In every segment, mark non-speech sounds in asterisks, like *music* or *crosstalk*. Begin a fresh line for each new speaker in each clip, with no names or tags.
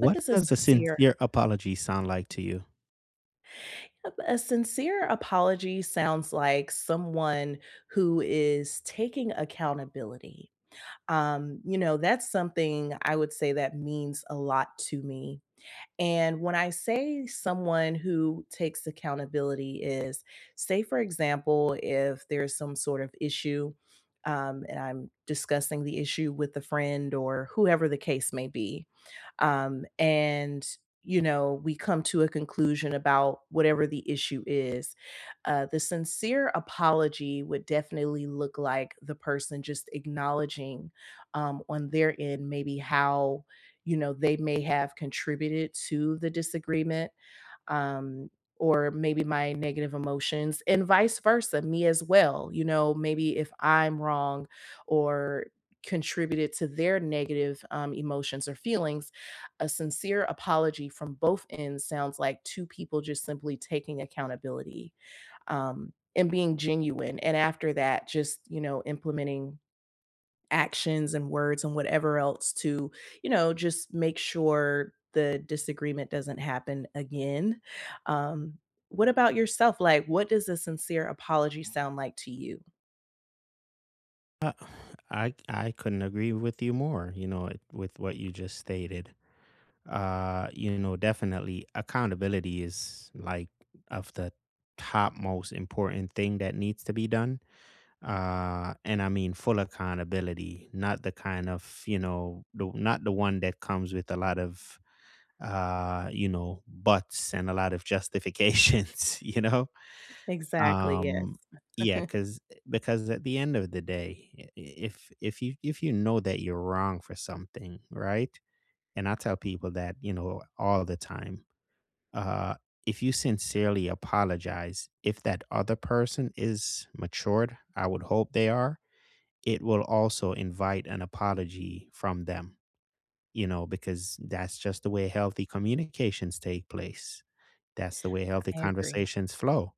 What is a
does a
sincere?
sincere apology sound like to you?
A sincere apology sounds like someone who is taking accountability. You know, that's something I would say that means a lot to me. And when I say someone who takes accountability is, say, for example, if there's some sort of issue, and I'm discussing the issue with a friend or whoever the case may be, and you know we come to a conclusion about whatever the issue is. The sincere apology would definitely look like the person just acknowledging, on their end, maybe how you know they may have contributed to the disagreement, um or maybe my negative emotions, and vice versa, me as well, you know, maybe if I'm wrong or contributed to their negative emotions or feelings. A sincere apology from both ends sounds like two people just simply taking accountability, and being genuine, and after that just you know implementing actions and words and whatever else to, you know, just make sure the disagreement doesn't happen again. Um, what about yourself? Like, what does a sincere apology sound like to you?
Uh, I couldn't agree with you more, you know, with what you just stated. Definitely accountability is like of the top most important thing that needs to be done. And I mean full accountability, not the kind of, you know, not the one that comes with a lot of you know, buts and a lot of justifications, *laughs* you know?
Exactly.
Um,
Yes.
Yeah,
*laughs*
because because at the end of the day, if you if you know that you're wrong for something, right? And I tell people that, you know, all the time, uh, if you sincerely apologize, if that other person is matured, I would hope they are, it will also invite an apology from them, you know, because that's just the way healthy communications take place. That's the way healthy
I agree.
conversations flow.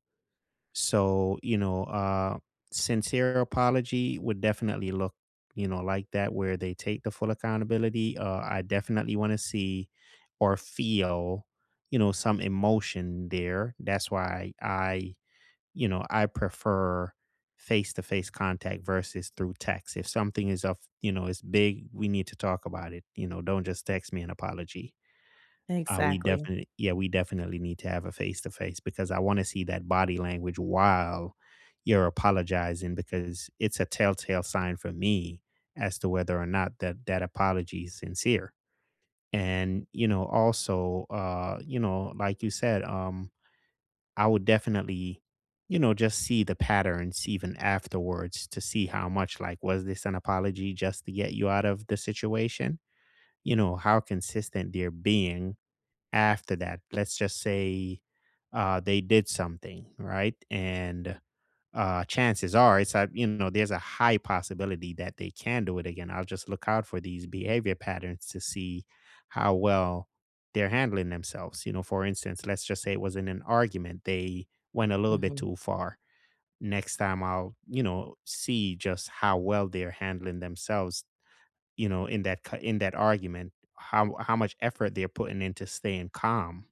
So, sincere apology would definitely look, you know, like that where they take the full accountability. I definitely want to see or feel, you know, some emotion there. That's why you know, I prefer face to face contact versus through text. If something is of, you know, is big, we need to talk about it. You know, don't just text me an apology. We
Exactly.
definitely Yeah, we definitely need to have a face to face because I want to see that body language while you're apologizing because it's a telltale sign for me as to whether or not that apology is sincere. And you know, also, like you said, I would definitely, you know, just see the patterns even afterwards to see how much like was this an apology just to get you out of the situation? You know, how consistent they're being after that, let's just say they did something right. And chances are it's a, you know, there's a high possibility that they can do it again. I'll just look out for these behavior patterns to see how well they're handling themselves, you know, for instance, let's just say it was in an argument, they went a little bit
Hmm.
too far. Next time I'll, you know, see just how well they're handling themselves, you know, in that co in that argument, how much effort they're putting into staying calm,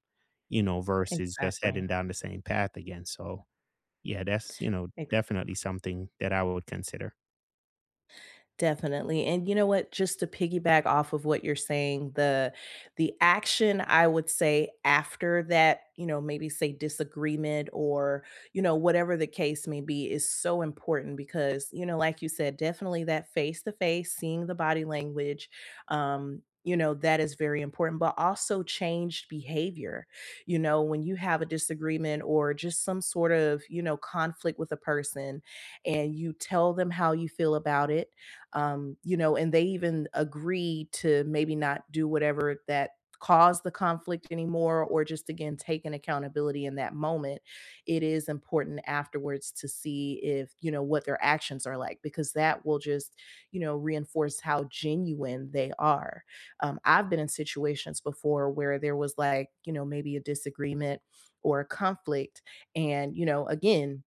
you know, versus just
Exactly.
heading down the same path again. So, yeah, that's, you know,
Exactly.
definitely something that I would consider.
Definitely. And you know what, just to piggyback off of what you're saying, the action I would say after that, you know, maybe say disagreement or, you know, whatever the case may be is so important because, you know, like you said, definitely that face to face, seeing the body language, you know that is very important, but also changed behavior. You know, when you have a disagreement or just some sort of you know conflict with a person and you tell them how you feel about it, you know, and they even agreed to maybe not do whatever that caused the conflict anymore, or just again taking accountability in that moment. It is important afterwards to see if, you know, what their actions are like, because that will just, you know, reinforce how genuine they are. I've been in situations before where there was like, you know, maybe a disagreement or a conflict. And, you know, again,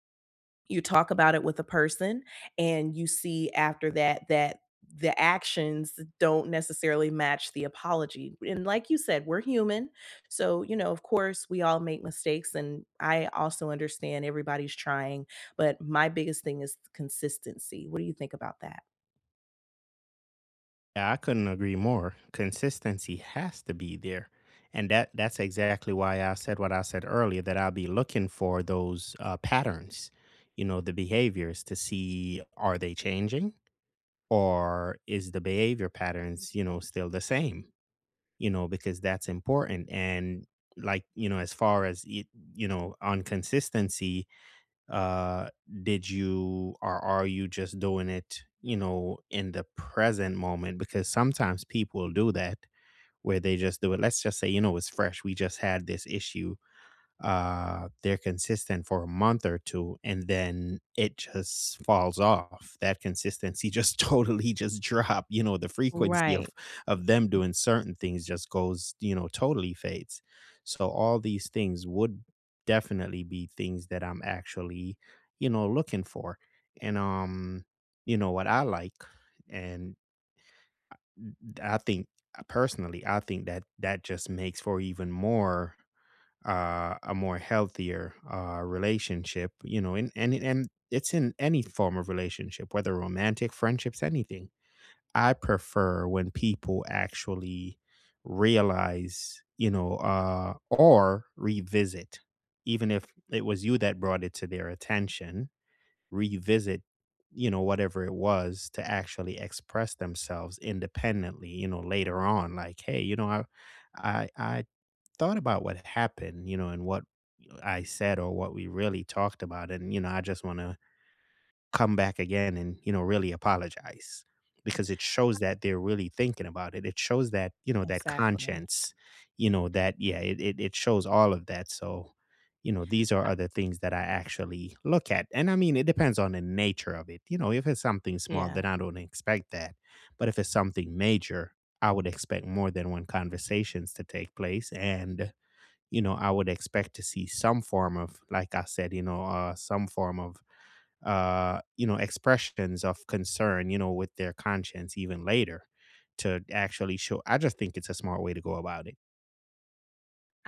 you talk about it with a person, and you see after that that the actions don't necessarily match the apology. And like you said, we're human. So, you know, of course, we all make mistakes. And I also understand everybody's trying. But my biggest thing is consistency. What do you think about that?
Yeah, I couldn't agree more. Consistency has to be there. And that's exactly why I said what I said earlier, that I'll be looking for those patterns, you know, the behaviors to see, are they changing or is the behavior patterns, you know, still the same? You know, because that's important. And like, you know, as far as it, you know, on consistency, uh, did you, or are you just doing it, you know, in the present moment? Because sometimes people do that where they just do it. Let's just say, you know, it's fresh. We just had this issue, they're consistent for a month or two and then it just falls off. That consistency just *laughs* totally just drop, you know, the frequency
Right.
of them doing certain things just goes, you know, totally fades. So all these things would definitely be things that I'm actually, you know, looking for. And you know what I like. And I think personally I think that that just makes for even more a more healthier relationship, you know, and, and it's in any form of relationship, whether romantic, friendships, anything. I prefer when people actually realize, or revisit, even if it was you that brought it to their attention, revisit, you know, whatever it was to actually express themselves independently, you know, later on, like, hey, you know, I thought about what happened, you know, and what I said or what we really talked about. And, you know, I just want to come back again and, you know, really apologize, because it shows that they're really thinking about it. It shows that, you know, that
Exactly.
conscience, you know, that, yeah, it shows all of that. So, you know, these are other things that I actually look at. And I mean, it depends on the nature of it. You know, if it's something small,
Yeah.
then I don't expect that. But if it's something major, I would expect more than one conversations to take place. And, you know, I would expect to see some form of, like I said, you know, some form of, expressions of concern, you know, with their conscience even later to actually show. I just think it's a smart way to go about it.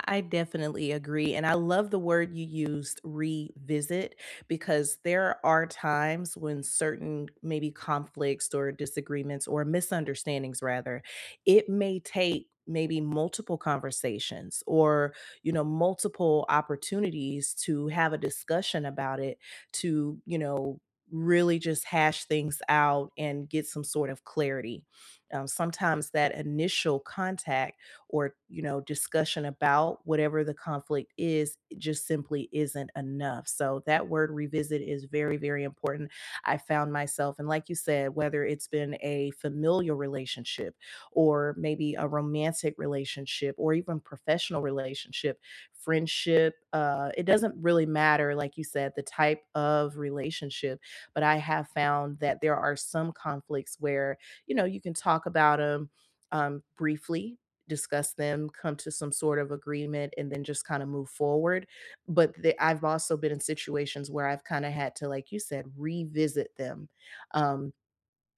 I definitely agree. And I love the word you used, revisit, because there are times when certain maybe conflicts or disagreements or misunderstandings, rather, it may take maybe multiple conversations or you know multiple opportunities to have a discussion about it, to you know really just hash things out and get some sort of clarity. Sometimes that initial contact or you know discussion about whatever the conflict is, it just simply isn't enough, so that word revisit is very, very important. I found myself, and like you said, whether it's been a familial relationship or maybe a romantic relationship or even professional relationship, friendship, uh, it doesn't really matter, like you said, the type of relationship. But I have found that there are some conflicts where you know you can talk about them, briefly discuss them, come to some sort of agreement, and then just kind of move forward. I've also been in situations where I've kind of had to, like you said, revisit them, um,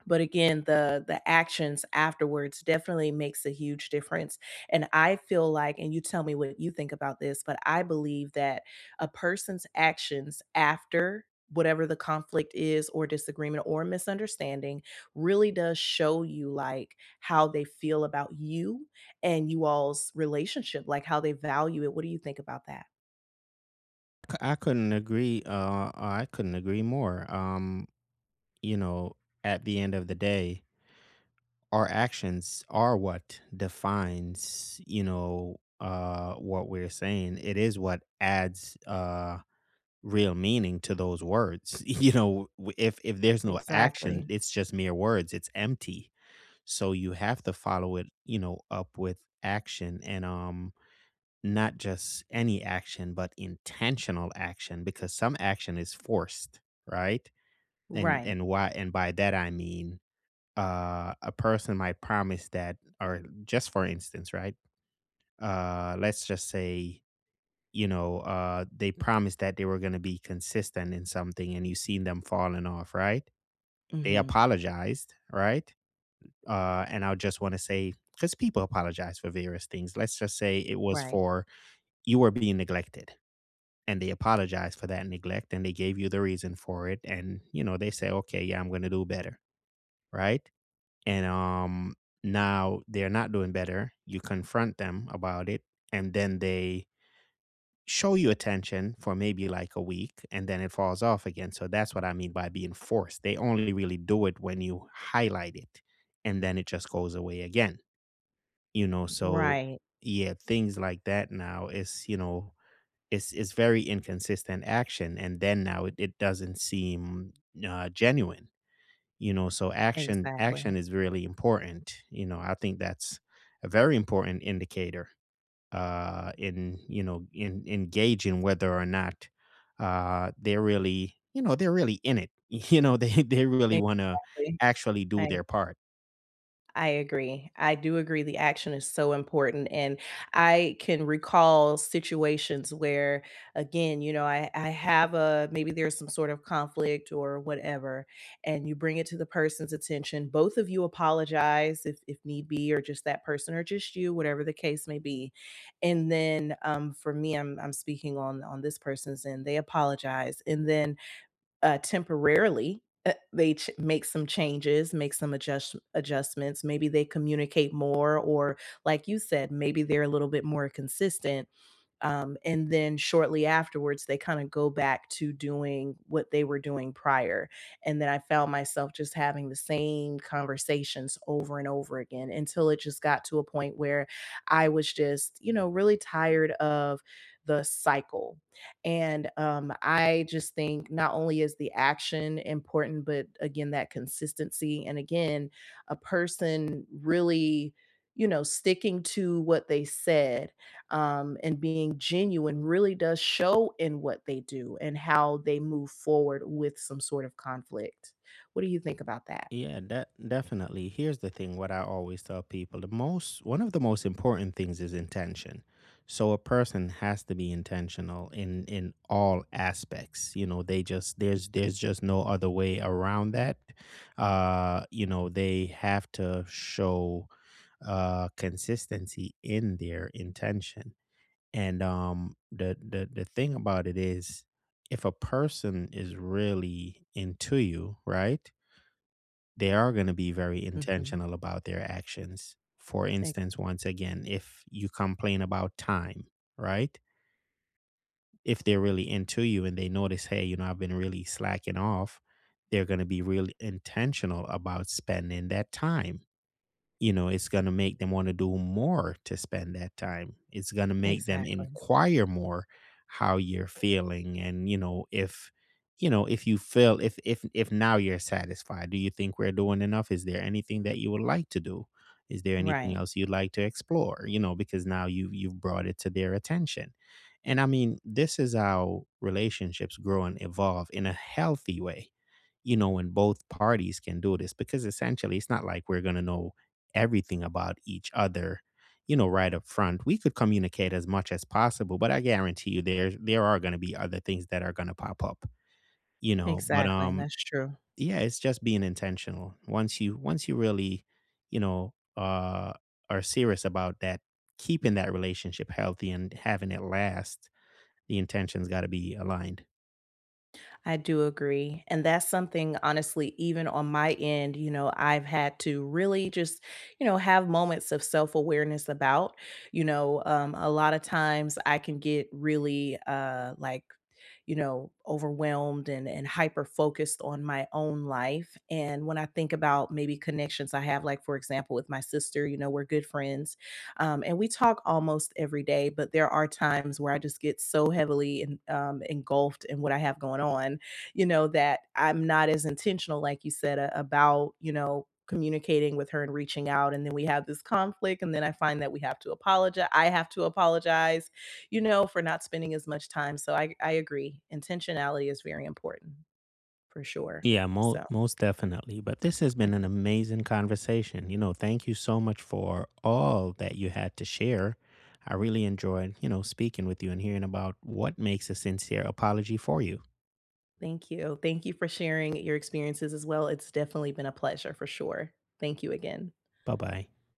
but again, the actions afterwards definitely makes a huge difference. And I feel like, and you tell me what you think about this, but I believe that a person's actions after whatever the conflict is or disagreement or misunderstanding really does show you like how they feel about you and you all's relationship, like how they value it. What do you think about that?
I couldn't agree. I couldn't agree more. You know, at the end of the day, our actions are what defines, what we're saying. It is what adds, real meaning to those words. *laughs* You know, w if there's no action,
Exactly.
it's just mere words, it's empty. So you have to follow it, you know, up with action and, not just any action, but intentional action, because some action is forced, right? And
Right.
why, and by that I mean, a person might promise that, or just for instance, right? Let's just say, they promised that they were going to be consistent in something and you seen them falling off, right? They
Mhm.
apologized, right? And I just want to say, because people apologize for various things. Let's just say it was
Right.
for, you were being neglected, and they apologized for that neglect and they gave you the reason for it. And, you know, they say, okay, yeah, I'm going to do better, right? And now they're not doing better. You confront them about it, and then they show you attention for maybe like a week and then it falls off again. So that's what I mean by being forced. They only really do it when you highlight it and then it just goes away again. You know, so
Right.
yeah, things like that now is, you know, it's very inconsistent action, and then now it doesn't seem genuine. You know, so
Exactly.
action is really important. You know, I think that's a very important indicator in, you know, in engaging whether or not they're really, you know, they're really in it. *laughs* You know, they really want to
Exactly.
actually do
I
their part.
I agree. I do agree, the action is so important, and I can recall situations where, again, you know, I have a maybe there's some sort of conflict or whatever, and you bring it to the person's attention. Both of you apologize if need be, or just that person, or just you, whatever the case may be. And then for me, I'm speaking on this person's end. They apologize, and then temporarily. They make some changes, make some adjustments. Maybe they communicate more, or like you said, maybe they're a little bit more consistent, and then shortly afterwards, they kind of go back to doing what they were doing prior. And then I found myself just having the same conversations over and over again until it just got to a point where I was just, you know, really tired of the cycle. And I just think not only is the action important, but again, that consistency. And again, a person really, you know, sticking to what they said, and being genuine really does show in what they do and how they move forward with some sort of conflict. What do you think about that?
Yeah, that definitely. Here's the thing, what I always tell people the most, one of the most important things is intention. So a person has to be intentional in all aspects. You know, they just, there's just no other way around that. You know, they have to show consistency in their intention. And the thing about it is, if a person is really into you, right, they are going to be very
Mhm.
intentional about their actions. For instance, once again, if you complain about time, right, if they're really into you and they notice, hey, you know, I've been really slacking off, they're going to be really intentional about spending that time. You know, it's going to make them want to do more to spend that time. It's going to make them
Exactly.
inquire more how you're feeling, and, you know, if you know, if you feel, if now you're satisfied, do you think we're doing enough? Is there anything that you would like to do? Is there anything
Right.
else you'd like to explore? You know, because now you've brought it to their attention. And I mean, this is how relationships grow and evolve in a healthy way. You know, when both parties can do this, because essentially it's not like we're going to know everything about each other, you know, right up front. We could communicate as much as possible, but I guarantee you there are going to be other things that are going to pop up, you know. But
Exactly, that's true.
yeah, it's just being intentional. Once you really, you know, uh, are serious about that, keeping that relationship healthy and having it last, the intention's got to be aligned.
I do agree. And that's something, honestly, even on my end, you know, I've had to really just, you know, have moments of self awareness about. You know, a lot of times I can get really like, you know, overwhelmed and hyper focused on my own life. And when I think about maybe connections I have, like, for example, with my sister, you know, we're good friends, and we talk almost every day, but there are times where I just get so heavily in, engulfed in what I have going on, you know, that I'm not as intentional, like you said, about, you know, communicating with her and reaching out. And then we have this conflict. And then I find that we have to apologize. I have to apologize, you know, for not spending as much time. So I agree. Intentionality is very important for sure.
Yeah,
So.
most definitely. But this has been an amazing conversation. You know, thank you so much for all that you had to share. I really enjoyed, you know, speaking with you and hearing about what makes a sincere apology for you.
Thank you. Thank you for sharing your experiences as well. It's definitely been a pleasure for sure. Thank you again.
Bye bye.